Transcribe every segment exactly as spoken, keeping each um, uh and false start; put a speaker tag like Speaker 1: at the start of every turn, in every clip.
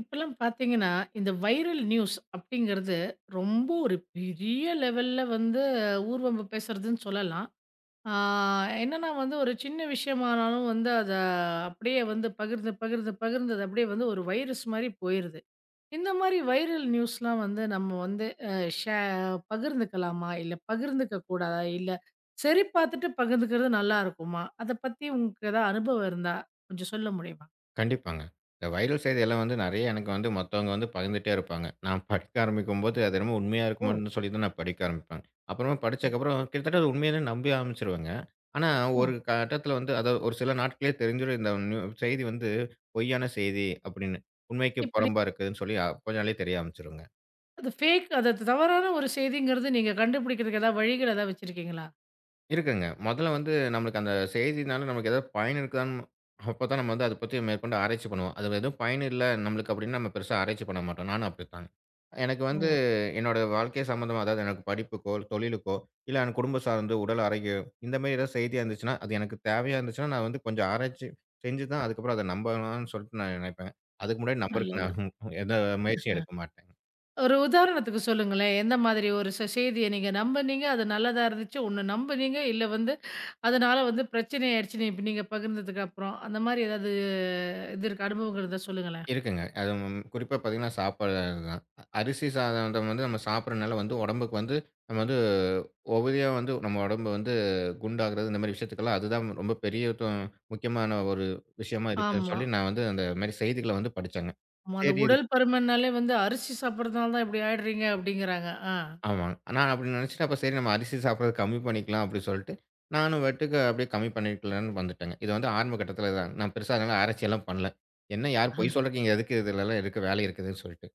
Speaker 1: இப்பல்லாம் பார்த்தீங்கன்னா, இந்த வைரல் நியூஸ் அப்படிங்கிறது ரொம்ப ஒரு பெரிய லெவல்ல வந்து ஊர்வம்பு பேசுறதுன்னு சொல்லலாம். ஆ, என்னன்னா வந்து ஒரு சின்ன விஷயமானாலும் வந்து அத அப்படியே வந்து பகிர்ந்து, பகிர்ந்து, பகிர்ந்து அது அப்படியே வந்து ஒரு வைரஸ் மாரி போயிருது. இந்த மாரி வைரல் நியூஸ்லாம் வந்து நம்ம வந்து அ ஷே பகிர்ந்துக்கலாமா? இல்ல பகிர்ந்துக்க கூடாதா? இல்ல சரி பார்த்துட்டு பகிர்ந்துக்கிறது நல்லா இருக்குமா? அத பத்தி உங்களுக்கு ஏதாவது அனுபவம் இருந்தா கொஞ்சம் சொல்ல முடியுமா?
Speaker 2: கண்டிப்பாங்க. இந்த வைரல் செய்தியெல்லாம் வந்து நெறைய எனக்கு வந்து மத்தவங்க வந்து பகிர்ந்துட்டே இருப்பாங்க. நான் படிக்க ஆரம்பிக்கும்போது, அது என்னமோ உண்மையா
Speaker 1: ஓ!
Speaker 2: இருக்குமான்னு சொல்லி தான் நான் படிக்க ஆரம்பிப்பேன். அப்புறமா படிச்சதுக்கப்புறம் கிட்டத்தட்ட அது உண்மையான்னு நம்பி ஆரம்பிச்சுருவேங்க. ஆனா,
Speaker 1: ஓ!
Speaker 2: ஒரு கட்டத்தில வந்து அதாவது ஒரு சில நாட்களே தெரிஞ்சிரும் இந்த நியூ செய்தி வந்து பொய்யான செய்தி அப்படின்னு. உண்மைக்கு
Speaker 1: இப்படி
Speaker 2: புறம்பா இருக்குதுன்னு சொல்லி அப்ப நாளே தெரிய ஆரம்பிச்சுருங்க.
Speaker 1: அது ஃபேக், அது அது தவறான ஒரு செய்திங்கிறது நீங்க கண்டுபிடிக்கிறதுக்கு ஏதாவது வழிகள் ஏதாவது வச்சிருக்கீங்களா?
Speaker 2: இருக்குங்க. மொதல்ல வந்து நம்மளுக்கு அந்த செய்தினால நமக்கு ஏதாவது பயன் இருக்குதான்னு அப்பதான் நம்ம வந்து அத பத்தி மேற்கொண்டு ஆராய்ச்சி பண்ணுவோம். அதுல எதுவும் பயன் இல்ல நம்மளுக்கு அப்டின்னு நம்ம பெருசா ஆராய்ச்சி பண்ண மாட்டோம். நானும் அப்படித்தான். எனக்கு
Speaker 1: ஓ!
Speaker 2: வந்து என்னோட வாழ்க்கை சம்மந்தமா அதாவது எனக்கு படிப்புக்கோ, தொழிலுக்கோ, இல்ல எனக்கு குடும்பம் சார்ந்து உடல் ஆரோக்கியம் இந்த மாரி ஏதாவது செய்தியா இருந்துச்சுன்னா, அது எனக்கு தேவையா இருந்துச்சுன்னா, நான் வந்து கொஞ்சம் ஆராய்ச்சி செஞ்சு தான் அதுக்கப்புறம் அத நம்பலாம்னு சொல்லிட்டு நான் நெனைப்பேன். அதுக்கு முன்னாடி நம்பறக்கு
Speaker 1: நல்லது.
Speaker 2: நான் எந்த முயற்சியும் எடுக்க மாட்டேன்.
Speaker 1: ஒரு உதாரணத்துக்கு சொல்லுங்களேன். எந்த மாதிரி ஒரு செ செய்திய நீங்க நம்புனீங்க, அது நல்லதா இருந்துச்சு, ஒண்ணு நம்புனீங்க, இல்ல வந்து அதனால வந்து பிரச்சனை ஆயிடுச்சு நீ இப்ப நீங்க பகிர்ந்ததுக்கு அப்புறம். அந்த மாரி ஏதாவது இது இருக்கா? அனுபவங்கள் இருந்தா சொல்லுங்களேன்.
Speaker 2: இருக்குங்க. அது ம் குறிப்பா பார்த்தீங்கன்னா, சாப்பாடு தான். அ- அரிசி சாதம் வந்து நம்ம சாப்பிடுறனால வந்து உடம்புக்கு வந்து நம்ம வந்து ஒபதியா வந்து நம்ம உடம்பு வந்து குண்டாகுறது இந்த மாரி விஷயத்துக்கெல்லாம் அதுதான் ரொம்ப பெரிய தொ முக்கியமான ஒரு விஷயமா இருக்குன்னு
Speaker 1: ஆமா.
Speaker 2: சொல்லி நான் வந்து அந்த மாரி செய்திகள வந்து படிச்சேங்க.
Speaker 1: ஆமா. அந்த
Speaker 2: சரி. இது
Speaker 1: உடல் பருமன்னாலே வந்து அரிசி சாப்பிடுறதுனால தான் இப்படி ஆயிடுறீங்க அப்படிங்கிறாங்க. ஆ.
Speaker 2: ஆமாங்க. நான் அப்படி நினைச்சுட்டு, அப்ப சரி நம்ம அரிசி சாப்பிடுறத கம்மி பண்ணிக்கலாம் அப்படி சொல்லிட்டு, நானும் பாட்டுக்கு அப்படியே கம்மி பண்ணிக்கலான்னு வந்துட்டேங்க. இது வந்து ஆரம்ப கட்டத்தில தான். நான் பெருசா அதனால ஆராய்ச்சியெல்லாம் பண்ணல. என்ன யார்
Speaker 1: அஹ.
Speaker 2: பொய் சொல்றதுக்கு இங்க எதுக்கு இதுலலாம் இருக்க வேலை இருக்குதுன்னு சொல்லிட்டு.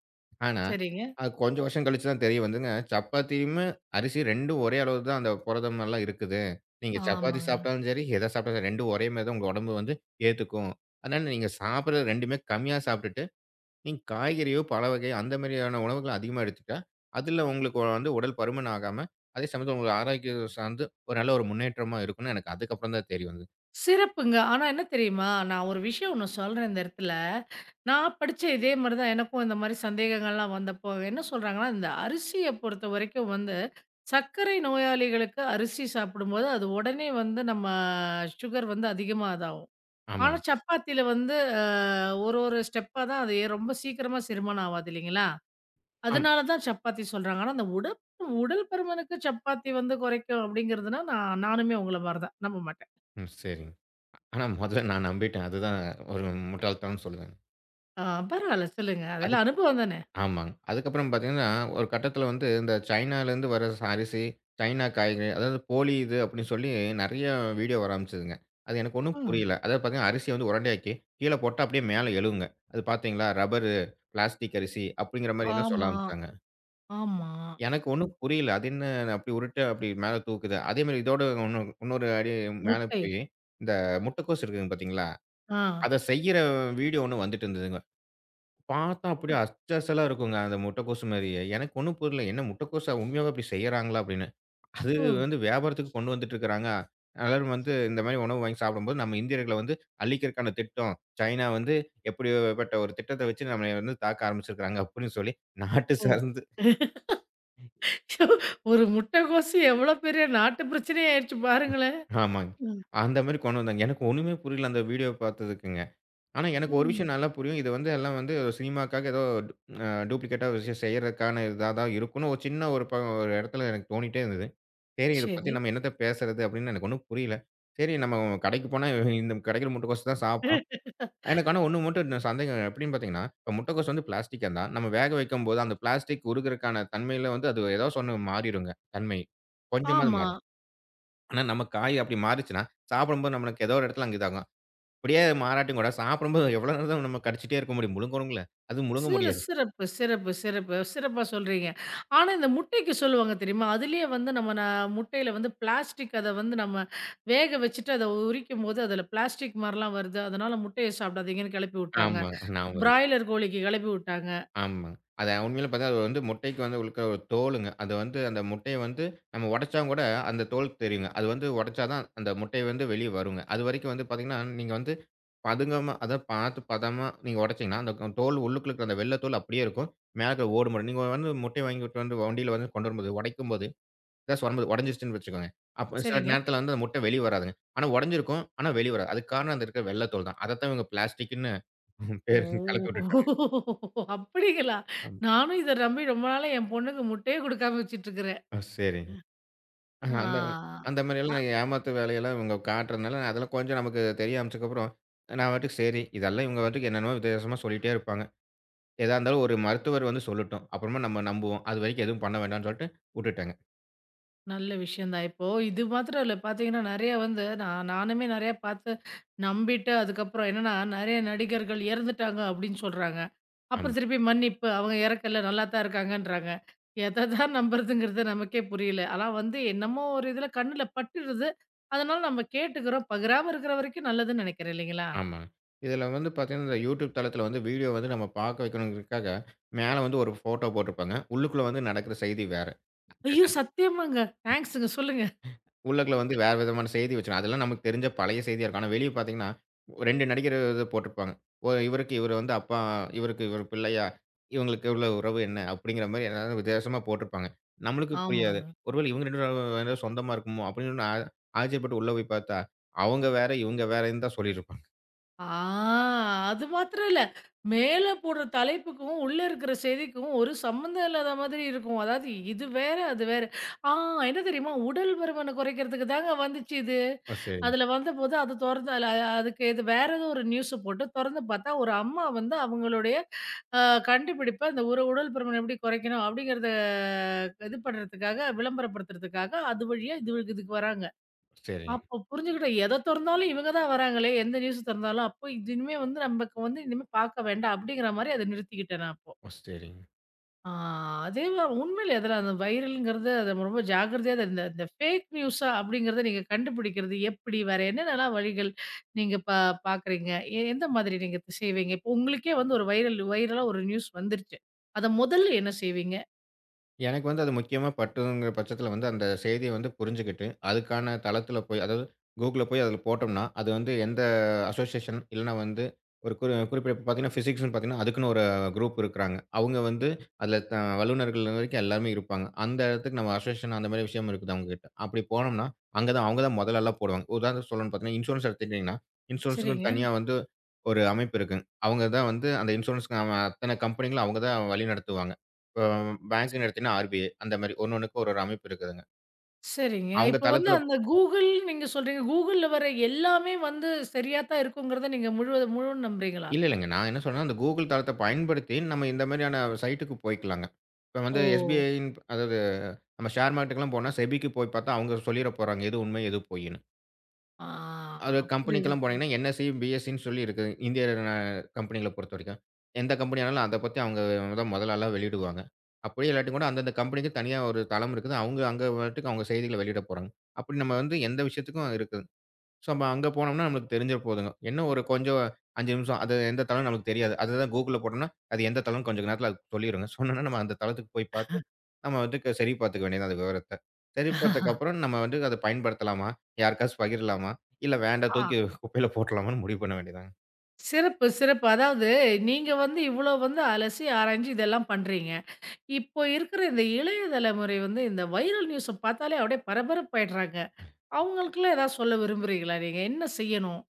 Speaker 2: ஆனா,
Speaker 1: சரிங்க.
Speaker 2: அது கொஞ்சம் வருஷம் கழிச்சு தான் தெரிய வந்துங்க, சப்பாத்தியுமே அரிசி ரெண்டும் ஒரே அளவு தான் அந்த புரதமெல்லாம் இருக்குது. நீங்க சப்பாத்தி
Speaker 1: ஆமாங்க.
Speaker 2: சாப்பிட்டாலும் சரி, எத சாப்பிட்டாலும் சரி ரெண்டும் ஒரே மாரி தான் உங்க உடம்பு வந்து ஏத்துக்கும். அதனால நீங்க சாப்பிடுறது ரெண்டுமே கம்மியா சாப்பிட்டுட்டு நீங்க காய்கறியோ, பழ வகை அந்த மாதிரியான உணவுகள் அதிகமா எடுத்துக்கிட்டா, அதில உங்களுக்கு வந்து உடல் பருமன் ஆகாம, அதே சமயத்தில உங்க ஆரோக்கியம் சார்ந்து ஒரு நல்ல ஒரு முன்னேற்றமா இருக்கும்னு எனக்கு அதுக்கப்புறம் தான் தெரிய வந்தது.
Speaker 1: சிறப்புங்க. ஆனா என்ன தெரியுமா? நான் ஒரு விஷயம் ஒண்ணு சொல்றேன் இந்த இடத்துல. நான் படிச்ச இதே மாரி தான் எனக்கும் இந்த மாரி சந்தேகங்கள்லாம் வந்தப்போ, என்ன சொல்றாங்கன்னா, இந்த அரிசிய பொறுத்தவரைக்கும் வந்து, சர்க்கரை நோயாளிகளுக்கு அரிசி சாப்பிடும்போது, அது உடனே வந்து நம்ம சுகர் வந்து அதிகமா இதாகும்.
Speaker 2: ஆமா.
Speaker 1: ஆனா சப்பாத்தில வந்து அ ஒரு ஒரு ஸ்டெப்பா தான் அது ஏ- ரொம்ப சீக்கிரமா செரிமானம் ஆவாது இல்லைங்களா?
Speaker 2: ஆம்.
Speaker 1: அதனால தான் சப்பாத்தி சொல்றாங்க. ஆனா அந்த உடல் உடல் பருமனுக்கு சப்பாத்தி வந்து குறைக்கும் அப்படிங்கிறதுனா, நான் நானுமே உங்கள மாரி தான். நம்ப மாட்டேன்.
Speaker 2: ம். சரிங்க. ஆனா முதல்ல நான் நம்பிட்டேன். அதுதான் ஒரு முட்டாள்தனம்னு சொல்லுவேன்.
Speaker 1: ஆ, பரவால்ல சொல்லுங்க. அதெல்லாம்
Speaker 2: அதுக்கு
Speaker 1: அனுபவம் தானே!
Speaker 2: ஆமாங்க. அதுக்கப்புறம் பார்த்தீங்கன்னா, ஒரு கட்டத்தில வந்து இந்த சைனாலேருந்து வர ச அரிசி, சைனா காய்கறி அதாவது போலி இது அப்படின்னு சொல்லி நெறைய வீடியோ வர ஆரம்பிச்சதுங்க. அது எனக்கு
Speaker 1: ஆ.
Speaker 2: ஒண்ணும் புரியல. அதாவது பார்த்தீங்கன்னா, அரிசிய வந்து உருண்டையாக்கி கீழ போட்டா அப்படியே மேல எழுவுங்க. அது பார்த்தீங்களா ரப்பரு, பிளாஸ்டிக் அரிசி அப்படிங்கிற மாரி எல்லாம் சொல்ல
Speaker 1: ஆமா,
Speaker 2: ஆரம்பிச்சாங்க.
Speaker 1: ஆமா.
Speaker 2: எனக்கு ஒண்ணும் புரியல. அது என்ன அப்படி உருட்டு அப்படி மேல தூக்குது. அதே மாரி இதோட உன்னு இன்னொரு அடி மேல
Speaker 1: முட்டை.
Speaker 2: போயி, இந்த முட்டைக்கோஸ் இருக்குதுங்க பார்த்தீங்களா?
Speaker 1: ஆ.
Speaker 2: அத செய்யற வீடியோ ஒண்ணு வந்துட்டு இருந்ததுங்க. பார்த்தா
Speaker 1: ஓ!
Speaker 2: அப்படியே அச்சசலா இருக்குங்க. அந்த முட்டைக்கோசு மாரியே. எனக்கு ஒண்ணும் புரியல. என்ன முட்டைக்கோசா உண்மையாவே இப்படி செய்றாங்களா? அப்படின்னு. அது
Speaker 1: ஓ!
Speaker 2: வந்து வியாபாரத்துக்கு கொண்டு வந்துட்டு இருக்கிறாங்க. எல்லாரும் வந்து இந்த மாரி உணவு வாங்கி சாப்பிடும்போது, நம்ம இந்தியர்கள வந்து அழிக்கிறக்கான திட்டம். சைனா வந்து எப்படிப்பட்ட ஒரு திட்டத்த வச்சு நம்மள வந்து தாக்க ஆரம்பிச்சிருக்காங்க அப்படின்னு சொல்லி நாட்டு
Speaker 1: ஓ!
Speaker 2: சார்ந்து
Speaker 1: ச்சோ! ஒரு முட்டைக்கோசு எவ்வளோ பெரிய நாட்டு பிரச்சனை ஆயிடுச்சு பாருங்களேன்.
Speaker 2: ஆமாங்க.
Speaker 1: ம்.
Speaker 2: அந்த மாரி கொண்டு வந்தாங்க. எனக்கு ஒண்ணுமே புரியல அந்த வீடியோ பார்த்ததுக்குங்க. ஆனா, எனக்கு ஒரு
Speaker 1: ம்.
Speaker 2: விஷயம் நல்லா புரியும். இது வந்து எல்லாம் வந்து சினிமாக்காக ஏதோ அ டூப்ளிகேட்டா ஒரு விஷயம் செய்றதுக்கான இதா தான் இருக்கும்னு ஒரு சின்ன ஒரு ப ஒரு இடத்துல எனக்கு தோணிட்டே இருந்தது. சரி இத பத்தி
Speaker 1: சரி.
Speaker 2: நம்ம என்னத்த பேசுறது அப்படின்னு எனக்கு ஒண்ணும் புரியல. சரி நம்ம கடைக்கு போனா இந்த கிடைக்கிற முட்டைக்கோசு தான் சாப்பிடுறோம். எனக்கு ஆனா ஒண்ணு மட்டும் ந சந்தேகம் எப்படின்னு பார்த்தீங்கன்னா, இப்ப முட்டைக்கோஸ் வந்து பிளாஸ்டிக்கா இருந்தா, நம்ம வேக வைக்கும்போது அந்த பிளாஸ்டிக் உருகுறக்கான தன்மையில வந்து அது ஏதோ ஒண்ணு மாறிடுங்க தன்மை. கொஞ்சமாவது
Speaker 1: ஆமா.
Speaker 2: மாறும். ஆனா நம்ம காய் அப்படி மாறிச்சுன்னா, சாப்பிடும்போது நம்மளுக்கு ஏதோ ஒரு இடத்துல அங்க இதாகும். அப்படியே மாறாட்டுங்கூட சாப்பிடும்போது எவ்வளோ நேரம் தான் நம்ம கடிச்சிட்டே இருக்க முடியும்? முழுங்குறோம்ல. அதுவும் முழுங்க
Speaker 1: சிற
Speaker 2: முடியாது.
Speaker 1: சிறப்பு, சிறப்பு, சிறப்பு. சிறப்பா சொல்றீங்க. ஆனா இந்த முட்டைக்கு சொல்லுவாங்க தெரியுமா? அதிலேயே வந்து நம்ம ந முட்டையில வந்து பிளாஸ்டிக் அத வந்து நம்ம வேக வச்சுட்டு அத உரிக்கும்போது, அதில பிளாஸ்டிக் மாரிலாம் வருது. அதனால முட்டைய சாப்பிடாதீங்கன்னு கெளப்பி விட்டாங்க.
Speaker 2: ஆமா. ஞாபகம்.
Speaker 1: பிராய்லர் கோழிக்கு கெளப்பி விட்டாங்க.
Speaker 2: ஆமா. அது உண்மையிலே பார்த்தா அது வந்து முட்டைக்கு வந்து இருக்கிற ஒரு தோலுங்க. அது வந்து அந்த முட்டைய வந்து நம்ம உடைச்சா கூட அந்த தோல் தெரியுங்க. அது வந்து உடைச்சா தான் அந்த முட்டை வந்து வெளிய வருங்க. அதுவரைக்கும் வந்து பார்த்தீங்கன்னா, நீங்க வந்து பதுங்கமா அதாவது பார்த்து பதமா நீங்க உடைச்சீங்கன்னா, அந்த க- தோல் உள்ளுக்குள்ள இருக்கிற அந்த வெள்ள தோல் அப்படியே இருக்கும். மேல இருக்கிற ஓடு மட்டும். நீங்க வந்து முட்டைய வாங்கிட்டு வந்து வண்டியில வந்து கொண்டு வரும்போது, உடைக்கும்போது கிளாஸ் உடம்பு உடைஞ்சிருச்சுன்னு வச்சுக்கோங்க. அப்ப சில
Speaker 1: சரிங்க.
Speaker 2: நேரத்தில வந்து அந்த முட்டை வெளிய வராதுங்க. ஆனா உடைஞ்சிருக்கும். ஆனா வெளிய வராது. அதுக்கு காரணம் அந்த இருக்கிற வெள்ள தோல் தான். அதத்தான் இவங்க பிளாஸ்டிக்ன்னு பேர் கலப்பி
Speaker 1: ஓ!
Speaker 2: விட்டுட்டாங்க.
Speaker 1: அப்படிங்களா?
Speaker 2: ஆமா.
Speaker 1: நானும் இத நம்பி ரொம்ப நாளா என் பொண்ணுக்கு முட்டையே குடுக்காம வச்சுட்டுருக்கிறேன்.
Speaker 2: ஓ சரிங்க. ஆஹா அந்த
Speaker 1: ஆ.
Speaker 2: அந்த மாரியெல்லாம் ஏமாத்து வேலையெல்லாம் இவங்க காட்டுறதுனால, அதெல்லாம் கொஞ்சம் நமக்கு தெரிய ஆரம்பிச்சதுக்கப்புறம், நான் பாட்டுக்கு சரி, இதெல்லாம் இவங்க பாட்டுக்கு என்னென்னமோ வித்தியாசமா சொல்லிட்டே இருப்பாங்க. எதா இருந்தாலும் ஒரு மருத்துவர் வந்து சொல்லட்டும். அப்புறமா நம்ம நம்புவோம். அதுவரைக்கும் எதுவும் பண்ண வேண்டாம்ன்னு சொல்லிட்டு வுட்டுட்டேங்க.
Speaker 1: நல்ல விஷயம் தான். இப்போ இது மாத்திரம் இல்ல. பார்த்தீங்கன்னா, நெறைய வந்து நான் நானுமே நெறைய பார்த்து நம்பிட்டு அதுக்கப்புறம் என்னன்னா, நெறைய நடிகர்கள் இறந்துட்டாங்க அப்படின்னு சொல்றாங்க. அப்புறம்
Speaker 2: ஆமா.
Speaker 1: திருப்பி மன்னிப்பு, அவங்க இறக்கல நல்லா தான் இருக்காங்கன்றாங்க. எத தான் நம்புறதுங்கிறது நமக்கே புரியல. ஆனா வந்து என்னமோ ஒரு இதுல கண்ணுல பட்டுடுது. அதனால நம்ம கேட்டுக்கிறோம். பகிராம இருக்கிற வரைக்கும் நல்லதுன்னு நெனைக்கிறேன் இல்லைங்களா?
Speaker 2: ஆமா. இதில வந்து பார்த்தீங்கன்னா, இந்த YouTube தளத்தில வந்து வீடியோ வந்து நம்ம பார்க்க வைக்கணுங்கிறதுக்காக, மேல வந்து ஒரு ஃபோட்டோ போட்டிருப்பாங்க. உள்ளுக்குள்ள வந்து நடக்கிற செய்தி வேற.
Speaker 1: ஐயோ! சத்தியமாங்க. தேங்க்ஸுங்க. சொல்லுங்க.
Speaker 2: உள்ளுக்குள்ள வந்து வேற விதமான செய்தி வச்சுரும். அதெல்லாம் நமக்கு தெரிஞ்ச பழைய செய்தியா இருக்கும். ஆனா வெளிய பார்த்தீங்கன்னா, ரெண்டு நடிகர் இது போட்டிருப்பாங்க. ஓ இவருக்கு இவர் வந்து அப்பா, இவருக்கு இவர் பிள்ளையா, இவங்களுக்கு இவ்ளோ உறவு என்ன? அப்படிங்கிற மாரி ஏதாவது வித்தியாசமா போட்டிருப்பாங்க. நம்மளுக்கு புரியாது.
Speaker 1: ஆமாங்க.
Speaker 2: ஒருவேளை இவங்க ரெண்டு பேரும் ஏதோ சொந்தமா இருக்குமோ? அப்படின்னு ஆ ஆச்சரியப்பட்டு உள்ள போய் பார்த்தா, அவங்க வேற, இவங்க வேறன்னு தான் சொல்லியிருப்பாங்க.
Speaker 1: ஆ, அது மாத்திரம் இல்ல. மேல போடுற தலைப்புக்கும், உள்ள இருக்கிற செய்திக்கும் ஒரு சம்மந்தம் இல்லாத மாதிரி இருக்கும். அதாவது இது வேற, அது வேற. ஆ, என்ன தெரியுமா? உடல் பருமன குறைக்கிறதுக்கு தாங்க வந்துச்சு இது.
Speaker 2: ஓ! சரிங்க.
Speaker 1: அதுல வந்தபோது அது தொறந்து அதுல அதுக்கு இது வேற ஏதோ ஒரு நியூஸ போட்டு தொறந்து பார்த்தா, ஒரு அம்மா வந்து அவங்களுடைய அ கண்டுபிடிப்ப இந்த ஒரு உடல் பருமன் எப்படி குறைக்கணும் அப்படிங்கிறத இது பண்ணுறதுக்காக, விளம்பரப்படுத்துறதுக்காக அது வழியா இது இதுக்கு வராங்க.
Speaker 2: சரிங்க.
Speaker 1: அப்போ புரிஞ்சுக்கிட்டேன். எத தொறந்தாலும் இவங்க தான் வராங்களே! எந்த நியூஸ் தொறந்தாலும், அப்போ இது இனிமே வந்து நமக்கு வந்து இனிமே பார்க்க வேண்டாம் அப்பிடிங்கிற மாரி அத நிறுத்திக்கிட்டேன் நான் அப்போ.
Speaker 2: ஓ! சரிங்க.
Speaker 1: ஆ, அதே வ உண்மையிலே அதெல்லாம் அந்த வைரல்ங்கிறது அத ரொம்ப ஜாக்கிரதையா அத இந்த இந்த ஃபேக் நியூஸா அப்பிடிங்கிறத நீங்க கண்டுபிடிக்கிறது எப்பிடி? வேற என்னென்னலாம் வழிகள் நீங்க பா பார்க்குறீங்க? எ எந்த மாதிரி நீங்க இது செய்வீங்க? இப்போ உங்களுக்கே வந்து ஒரு வைரல் வைரலா ஒரு நியூஸ் வந்துருச்சு. அத முதல்ல என்ன செய்வீங்க?
Speaker 2: எனக்கு வந்து அது முக்கியமா பட்டுங்கிற பட்சத்தில வந்து, அந்த செய்திய வந்து புரிஞ்சுகிட்டு, அதுக்கான தளத்தில போய் அதாவது Googleல போய் அதில போட்டோம்னா, அது வந்து எந்த அசோசியேஷன் இல்லன்னா வந்து ஒரு குறி குறிப்பிட்ட பார்த்தீங்கன்னா, பிசிக்ஸ்ன்னு பார்த்தீங்கன்னா, அதுக்குன்னு ஒரு குரூப் இருக்கிறாங்க. அவங்க வந்து அதில த வல்லுநர்கள் வரைக்கும் எல்லாருமே இருப்பாங்க. அந்த இடத்துக்கு நம்ம அசோசியேஷன் அந்த மாரி விஷயம் இருக்குது அவங்ககிட்ட. அப்படி போனோம்னா, அங்க தான் அவங்க தான் முதல் ஆளா போடுவாங்க. உதாரணத்துக்கு சொல்லணும்னு பார்த்தீங்கன்னா, இன்ஷூரன்ஸ் எடுத்துக்கிட்டீங்கன்னா, இன்ஷூரன்ஸுக்குன்னு
Speaker 1: சரிங்க.
Speaker 2: தனியா வந்து ஒரு அமைப்பு இருக்குங்க. அவங்க தான் வந்து அந்த இன்ஷூரன்ஸ்க்கு அவன் அத்தன கம்பெனிகளும் அவங்க தான் வழிநடத்துவாங்க. இப்போ பேங்க்ன்னு எடுத்தீங்கன்னா ஆர்பிஐ அந்த மாரி ஒன்னொன்னுக்கு ஒரு ஒரு அமைப்பு இருக்குதுங்க.
Speaker 1: சரிங்க.
Speaker 2: அவங்க
Speaker 1: இப்ப வந்து
Speaker 2: தளத்தில
Speaker 1: அந்த Google நீங்க சொல்றீங்க. Googleல வர எல்லாமே வந்து சரியா தான் இருக்குங்கிறத நீங்க முழுவது முழு நம்புறீங்களா?
Speaker 2: இல்ல இல்லங்க. நான் என்ன சொல்றேன்னா, அந்த கூகுள் தளத்த பயன்படுத்தி நம்ம இந்த மாரியான சைட்டுக்கு போய்க்கலாங்க. இப்ப வந்து
Speaker 1: ஓ!
Speaker 2: எஸ்பிஐயின் அதாவது நம்ம ஷேர் மார்க்கெட்டுக்குலாம் போனா செபிக்கு போய் பார்த்தா அவங்க சொல்லிற போறாங்க. எது உண்மை, எது பொய்ன்னு.
Speaker 1: ஆ,
Speaker 2: அது
Speaker 1: புரியுது,
Speaker 2: கம்பெனிக்கெல்லாம்
Speaker 1: புரியுது.
Speaker 2: போனீங்கன்னா என்எஸ்சி, பிஎஸ்சின்னு சொல்லி இருக்கு. இந்திய ந கம்பெனிகள பொறுத்தவரைக்கும். எந்த கம்பெனியானாலும் அத பத்தி அவங்க தான் முதல் ஆளா வெளியிடுவாங்க. அப்படியே இல்லாட்டி கூட அந்தந்த கம்பெனிக்கு தனியா ஒரு தளம் இருக்குது. அவங்க அங்க பாட்டுக்கு அவங்க செய்திகள வெளியிட போறாங்க. அப்படி நம்ம வந்து எந்த விஷயத்துக்கும் இருக்குது. ஸோ நம்ம அங்க போனோம்னா நம்மளுக்கு தெரிஞ்சா போதுங்க. என்ன ஒரு கொஞ்சம் ஐந்து நிமிஷம் அது எந்த தளம்னு நமக்கு தெரியாது. அதுதான் Googleல போட்டோம்னா, அது எந்த தளம்னு கொஞ்சம் நேரத்தில அது சொல்லிருங்க. சொன்னோனே நம்ம அந்த தளத்துக்கு போய் பார்த்து, நம்ம வந்து க- சரி பார்த்துக்க வேண்டியது தான் அந்த விவரத்த. சரி பார்த்ததுக்கப்புறம் நம்ம வந்து அத பயன்படுத்தலாமா? யாருக்காச்சும் பகிரலாமா? இல்ல வேண்டாம்
Speaker 1: ஆ,
Speaker 2: தூக்கி குப்பையில போட்டுறலாமான்னு முடிவு பண்ண வேண்டியது தான்.
Speaker 1: சிறப்பு, சிறப்பு. அதாவது நீங்க வந்து இவ்ளோ வந்து அலசி, ஆராய்ஞ்சு இதெல்லாம் பண்றீங்க. இப்போ இருக்கிற இந்த இளைய தலைமுறை வந்து இந்த வைரல் நியூஸ பார்த்தாலே அப்படியே பரபரப்பாயிடுறாங்க. அவங்களுக்கெல்லாம் ஏதாவது சொல்ல விரும்புறீங்களா நீங்க? என்ன செய்யணும்?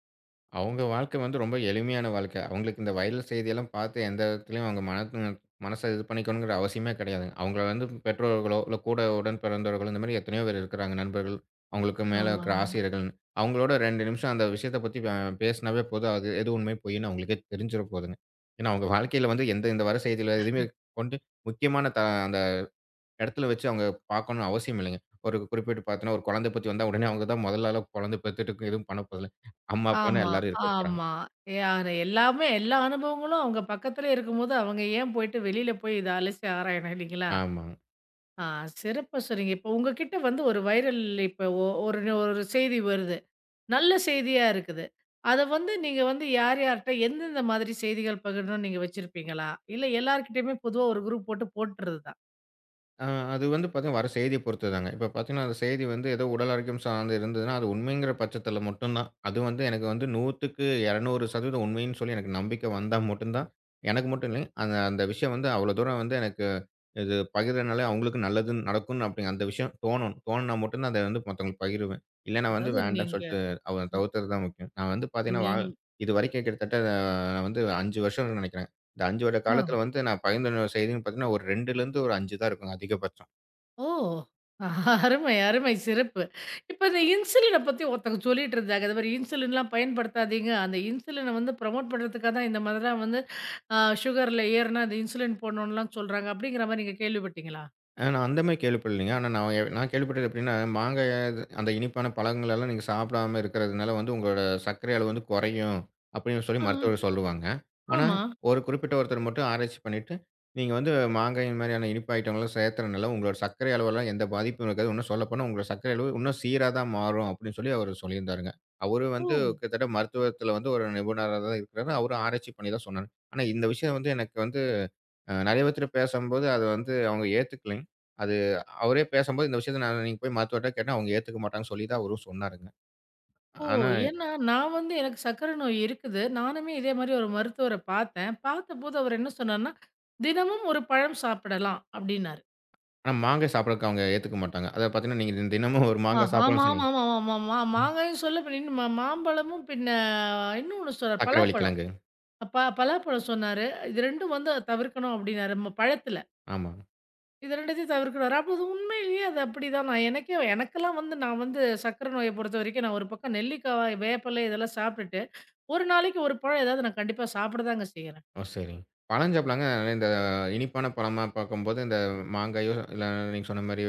Speaker 2: அவங்க வாழ்க்கை வந்து ரொம்ப எளிமையான வாழ்க்கை. அவங்களுக்கு இந்த வைரல் செய்தியெல்லாம் பார்த்து எந்த இடத்துலயும் அவங்க மன மனச இது பண்ணிக்கணுங்கிற அவசியமே கிடையாதுங்க. அவங்கள வந்து பெற்றோர்களோ, இல்ல கூட உடன் பிறந்தவர்களோ இந்த மாரி எத்தனையோ பேர் இருக்கிறாங்க நண்பர்கள். அவங்களுக்கு மேல இருக்கிற
Speaker 1: ஆமாங்க.
Speaker 2: ஆசிரியர்கள்ன்னு. அவங்களோட ரெண்டு நிமிஷம் அந்த விஷயத்த பத்தி அ பேசினாவே போதும். அது எது உண்மை, பொய்ன்னு அவங்களுக்கே தெரிஞ்சிற போதுங்க. ஏன்னா அவங்க வாழ்க்கையில வந்து எந்த இந்த வர செய்தியில எதுவுமே கொண்டு முக்கியமான த அந்த இடத்துல வச்சு அவங்க பார்க்கணும்னு அவசியம் இல்லைங்க. ஒரு குறிப்பிட்டு பார்த்தோன்னா, ஒரு குழந்தை பத்தி வந்தா உடனே அவங்க தான் முதல் ஆளா குழந்தை பெத்துட்டு எதுவும் பண்ண போறதில்ல. அம்மா, அப்பான்னு
Speaker 1: ஆமா,
Speaker 2: எல்லாரும் இருக்க போறாங்க.
Speaker 1: ஆமா. யாரு எல்லாமே எல்லா அனுபவங்களும் அவங்க பக்கத்திலே இருக்கும்போது, அவங்க ஏன் போயிட்டு வெளியில போய் இத அலசி ஆராயணும் இல்லைங்களா?
Speaker 2: ஆமாங்க.
Speaker 1: ஆ, சிறப்பா சொன்னீங்க. இப்போ உங்ககிட்ட வந்து ஒரு வைரல் இப்போ ஒ ஒரு ஒரு செய்தி வருது. நல்ல செய்தியா இருக்குது. அத வந்து நீங்க வந்து யார் யார்ட்ட எந்தெந்த மாதிரி செய்திகள் பகிரணும்னு நீங்க வச்சிருப்பீங்களா? இல்ல எல்லார்கிட்டயுமே பொதுவா ஒரு குரூப் போட்டு போட்டுறது தான்.
Speaker 2: அ அது வந்து பார்த்தீங்கன்னா, வர செய்திய பொறுத்துதாங்க. இப்ப பார்த்தீங்கன்னா, அந்த செய்தி வந்து ஏதோ உடல் ஆரோக்கியம் சார்ந்து இருந்ததுன்னா, அது உண்மைங்கிற பட்சத்தில மட்டும் தான். அது வந்து எனக்கு வந்து நூறுக்கு இருநூறு சதவீதம் உண்மைன்னு சொல்லி எனக்கு நம்பிக்கை வந்தா மட்டும் தான், எனக்கு மட்டும் இல்ல. அந்த அந்த விஷயம் வந்து அவ்வளோ தூரம் வந்து எனக்கு இது பகிர்றனால அவங்களுக்கு நல்லது நடக்கும்னு அப்படி அந்த விஷயம் தோணணும். தோணுனா மட்டும் தான் அத வந்து மத்தவங்களுக்கு பகிருவேன். இல்லன்னா வந்து
Speaker 1: அதாவது நீங்க
Speaker 2: வேண்டான்னு சொல்லிட்டு அத
Speaker 1: ம்
Speaker 2: தவிர்த்தது தான் முக்கியம். நான் வந்து பார்த்தீங்கன்னா, வா
Speaker 1: நீங்
Speaker 2: இதுவரைக்கும் கிட்டத்தட்ட நான் வந்து ஐந்து வருஷம்னு நெனைக்கிறேன். இந்த ஐந்து வருட
Speaker 1: ஆ.
Speaker 2: காலத்தில வந்து நான் பகிர்ந்த செய்தின்னு பார்த்தீங்கன்னா, ஒரு ரெண்டுலேருந்து ஒரு ஐந்து தான் இருக்கும் அதிகபட்சம்.
Speaker 1: ஓ! அருமை, அருமை. சிறப்பு. இப்ப இந்த இன்சுலின பத்தி ஒருத்தங்க சொல்லிட்டு இருந்தாங்க. இந்த மாரி இன்சுலின்லாம் பயன்படுத்தாதீங்க. அந்த இன்சுலின வந்து ப்ரமோட் பண்றதுக்காக தான் இந்த மாதிரிலாம் வந்து அ சுகர்ல ஏறுனா அந்த இன்சுலின் போடணும்லாம் சொல்றாங்க. அப்படிங்கிற மாரி நீங்க கேள்விப்பட்டீங்களா?
Speaker 2: அ நான் அந்த மாரி கேள்விப்படலைங்க. ஆனா நான் எ நான் கேள்விப்பட்டது எப்படின்னா, மாங்காய் இது- அந்த இனிப்பான பழங்கள் எல்லாம் நீங்க சாப்பிடாம இருக்கிறதுனால வந்து உங்களோட சர்க்கரை அளவு வந்து குறையும் அப்படின்னு சொல்லி
Speaker 1: ஆ,
Speaker 2: மருத்துவர்கள் சொல்லுவாங்க. ஆனா,
Speaker 1: ஆமா.
Speaker 2: ஒரு குறிப்பிட்ட ஒருத்தர் மட்டும் ஆராய்ச்சி பண்ணிட்டு, நீங்க வந்து மாங்காய் இந்த மாரியான இனிப்பு ஐட்டங்கள்லாம் சேர்த்துறனால உங்களோட சர்க்கரை அளவெல்லாம் எந்த பாதிப்பும் இருக்காது. இன்னும் சொல்லப்போனா உங்களோட சர்க்கரை அளவு இன்னும் சீரா தான் மாறும் அப்படின்னு சொல்லி அவரு சொல்லியிருந்தாருங்க. அவரு
Speaker 1: ஓ!
Speaker 2: வந்து கிட்டத்தட்ட மருத்துவத்தில வந்து ஒரு நிபுணரா தான் இருக்கிறாரு. அவரும் ஆராய்ச்சி பண்ணி தான் சொன்னாரு. ஆனா இந்த விஷயம் வந்து எனக்கு வந்து அ நெறைய பேத்துட்ட பேசம்போது அது வந்து அவங்க ஏத்துக்கலை. அது அவரே பேசம்போது இந்த விஷயத்த நான் நீங்க போய் மருத்துவர்ட்ட கேட்டா அவங்க ஏத்துக்க மாட்டாங்கன்னு சொல்லி தான் அவரும் சொன்னாருங்க.
Speaker 1: ஓ!
Speaker 2: ஆனா,
Speaker 1: ஏன்னா நான் வந்து எனக்கு சர்க்கரை நோய் இருக்குது. நானுமே இதே மாரி ஒரு மருத்துவர பார்த்தேன். பார்த்தபோது அவர் என்ன சொன்னார்ன்னா, தினமும் ஒரு பழம் சாப்பிடலாம் அப்படின்னாரு.
Speaker 2: ஆனா மாங்காய் சாப்பிடறதுக்கு அவங்க ஏத்துக்க மாட்டாங்க. அத பார்த்தீங்கன்னா, நீங்க தினமும் ஒரு
Speaker 1: ஆ,
Speaker 2: மாங்காய்
Speaker 1: ஆமா,
Speaker 2: சாப்பிடணும்னு
Speaker 1: ஆமா,
Speaker 2: சொன்னீங்க.
Speaker 1: ஆமா, ஆமா, ஆமா.
Speaker 2: ம்.
Speaker 1: மாங்காயும் சொல்ல பின்ன மா மாம்பழமும் பின்ன இன்னொன்னு சொன்னாரு.
Speaker 2: சர்க்கரைவள்ளி
Speaker 1: பலாப்பழம்.
Speaker 2: கிழங்கு.
Speaker 1: ப பலாப்பழம் சொன்னாரு. இது ரெண்டும் வந்து தவிர்க்கணும் அப்டின்னாரு. ம பழத்துல.
Speaker 2: ஆமா.
Speaker 1: இது ரெண்டையும் தவிர்க்கிறாரு. அப்ப அது உண்மையிலேயே அது அப்படிதான். நான் எனக்கே எனக்கெல்லாம் வந்து நான் வந்து சர்க்கரை நோய பொறுத்தவரைக்கும் நான் ஒரு பக்கம் நெல்லிக்காய், வேப்பல இதெல்லாம் சாப்பிட்டுட்டு, ஒரு நாளைக்கு ஒரு பழம் ஏதாவது நான் கண்டிப்பா சாப்பிட தாங்க செய்றேன்.
Speaker 2: ஓ! சரிங்க. பழம் சாப்பிடலாங்க. ஆனா இந்த இனிப்பான பழமா பார்க்கும்போது இந்த மாங்காயோ, இல்ல நீங்க சொன்ன மாரி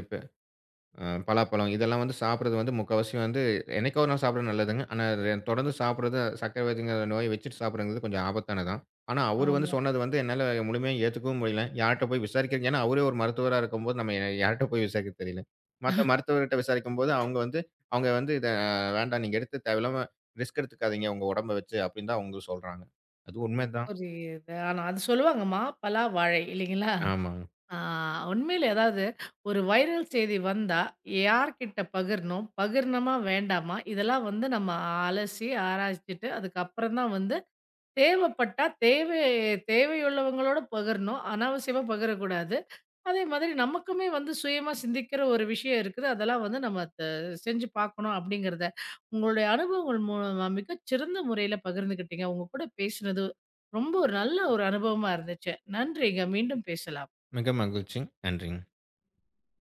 Speaker 2: அ பலாப்பழம் இதெல்லாம் வந்து சாப்பிடுறது வந்து முக்காவாசி வந்து என்னைக்கோ ஒரு நாள் சாப்பிடுறது நல்லதுங்க. ஆனா அது தொடர்ந்து சாப்பிடுறது சர்க்கரை வியாதிங்கிற நோய வச்சுட்டு சாப்பிடுறது கொஞ்சம் ஆபத்தானதுதான். ஆனா அவரு வந்து
Speaker 1: ஆமா.
Speaker 2: சொன்னது வந்து என்னால முழுமையா ஏத்துக்கவும் முடியல. யார்ட்ட போய் விசாரிக்கிறது ஏன்னா அவரே ஒரு மருத்துவரா இருக்கும்போது நம்ம யார்ட்ட போய் விசாரிக்க தெரியல. மத்த மருத்துவர்கிட்ட விசாரிக்கும்போது அவங்க வந்து அவங்க வந்து இத வேண்டாம் நீங்க எடுத்து தேவையில்லாம ரிஸ்க் எடுத்துக்காதீங்க உங்க உடம்ப வச்சு அப்படின்னு தான் அவங்க சொல்றாங்க. அது உண்மைதான்.
Speaker 1: புரியுது. ஆனா அது சொல்லுவாங்கம்மா, பலா, வாழை இல்லைங்களா?
Speaker 2: ஆமா.
Speaker 1: ஆ, உண்மையிலே அதாவது ஒரு வைரல் செய்தி வந்தா, யார்கிட்ட பகிரணும்? பகிரணுமா? வேண்டாமா? இதெல்லாம் வந்து நம்ம அலசி, ஆராய்ச்சிட்டு, அதுக்கப்புறம் தான் வந்து தேவைப்பட்டா தேவை தேவையுள்ளவங்களோட பகிரணும். அனாவசியமா பகிரக்கூடாது. அதே மாதிரி நமக்குமே வந்து சுயமா சிந்திக்கிற ஒரு விஷயம் இருக்குது. அதெல்லாம் வந்து நம்ம த செஞ்சு பார்க்கணும் அப்படிங்கிறத, உங்களுடைய அனுபவங்கள் மூலமா மிகச்சிறந்த முறையில பகிர்ந்துக்கிட்டீங்க. உங்க கூட பேசினது ரொம்ப ஒரு நல்ல ஒரு அனுபவமா இருந்துச்சு. நன்றிங்க. மீண்டும் பேசலாம்.
Speaker 2: மிக மகிழ்ச்சி. நன்றிங்க.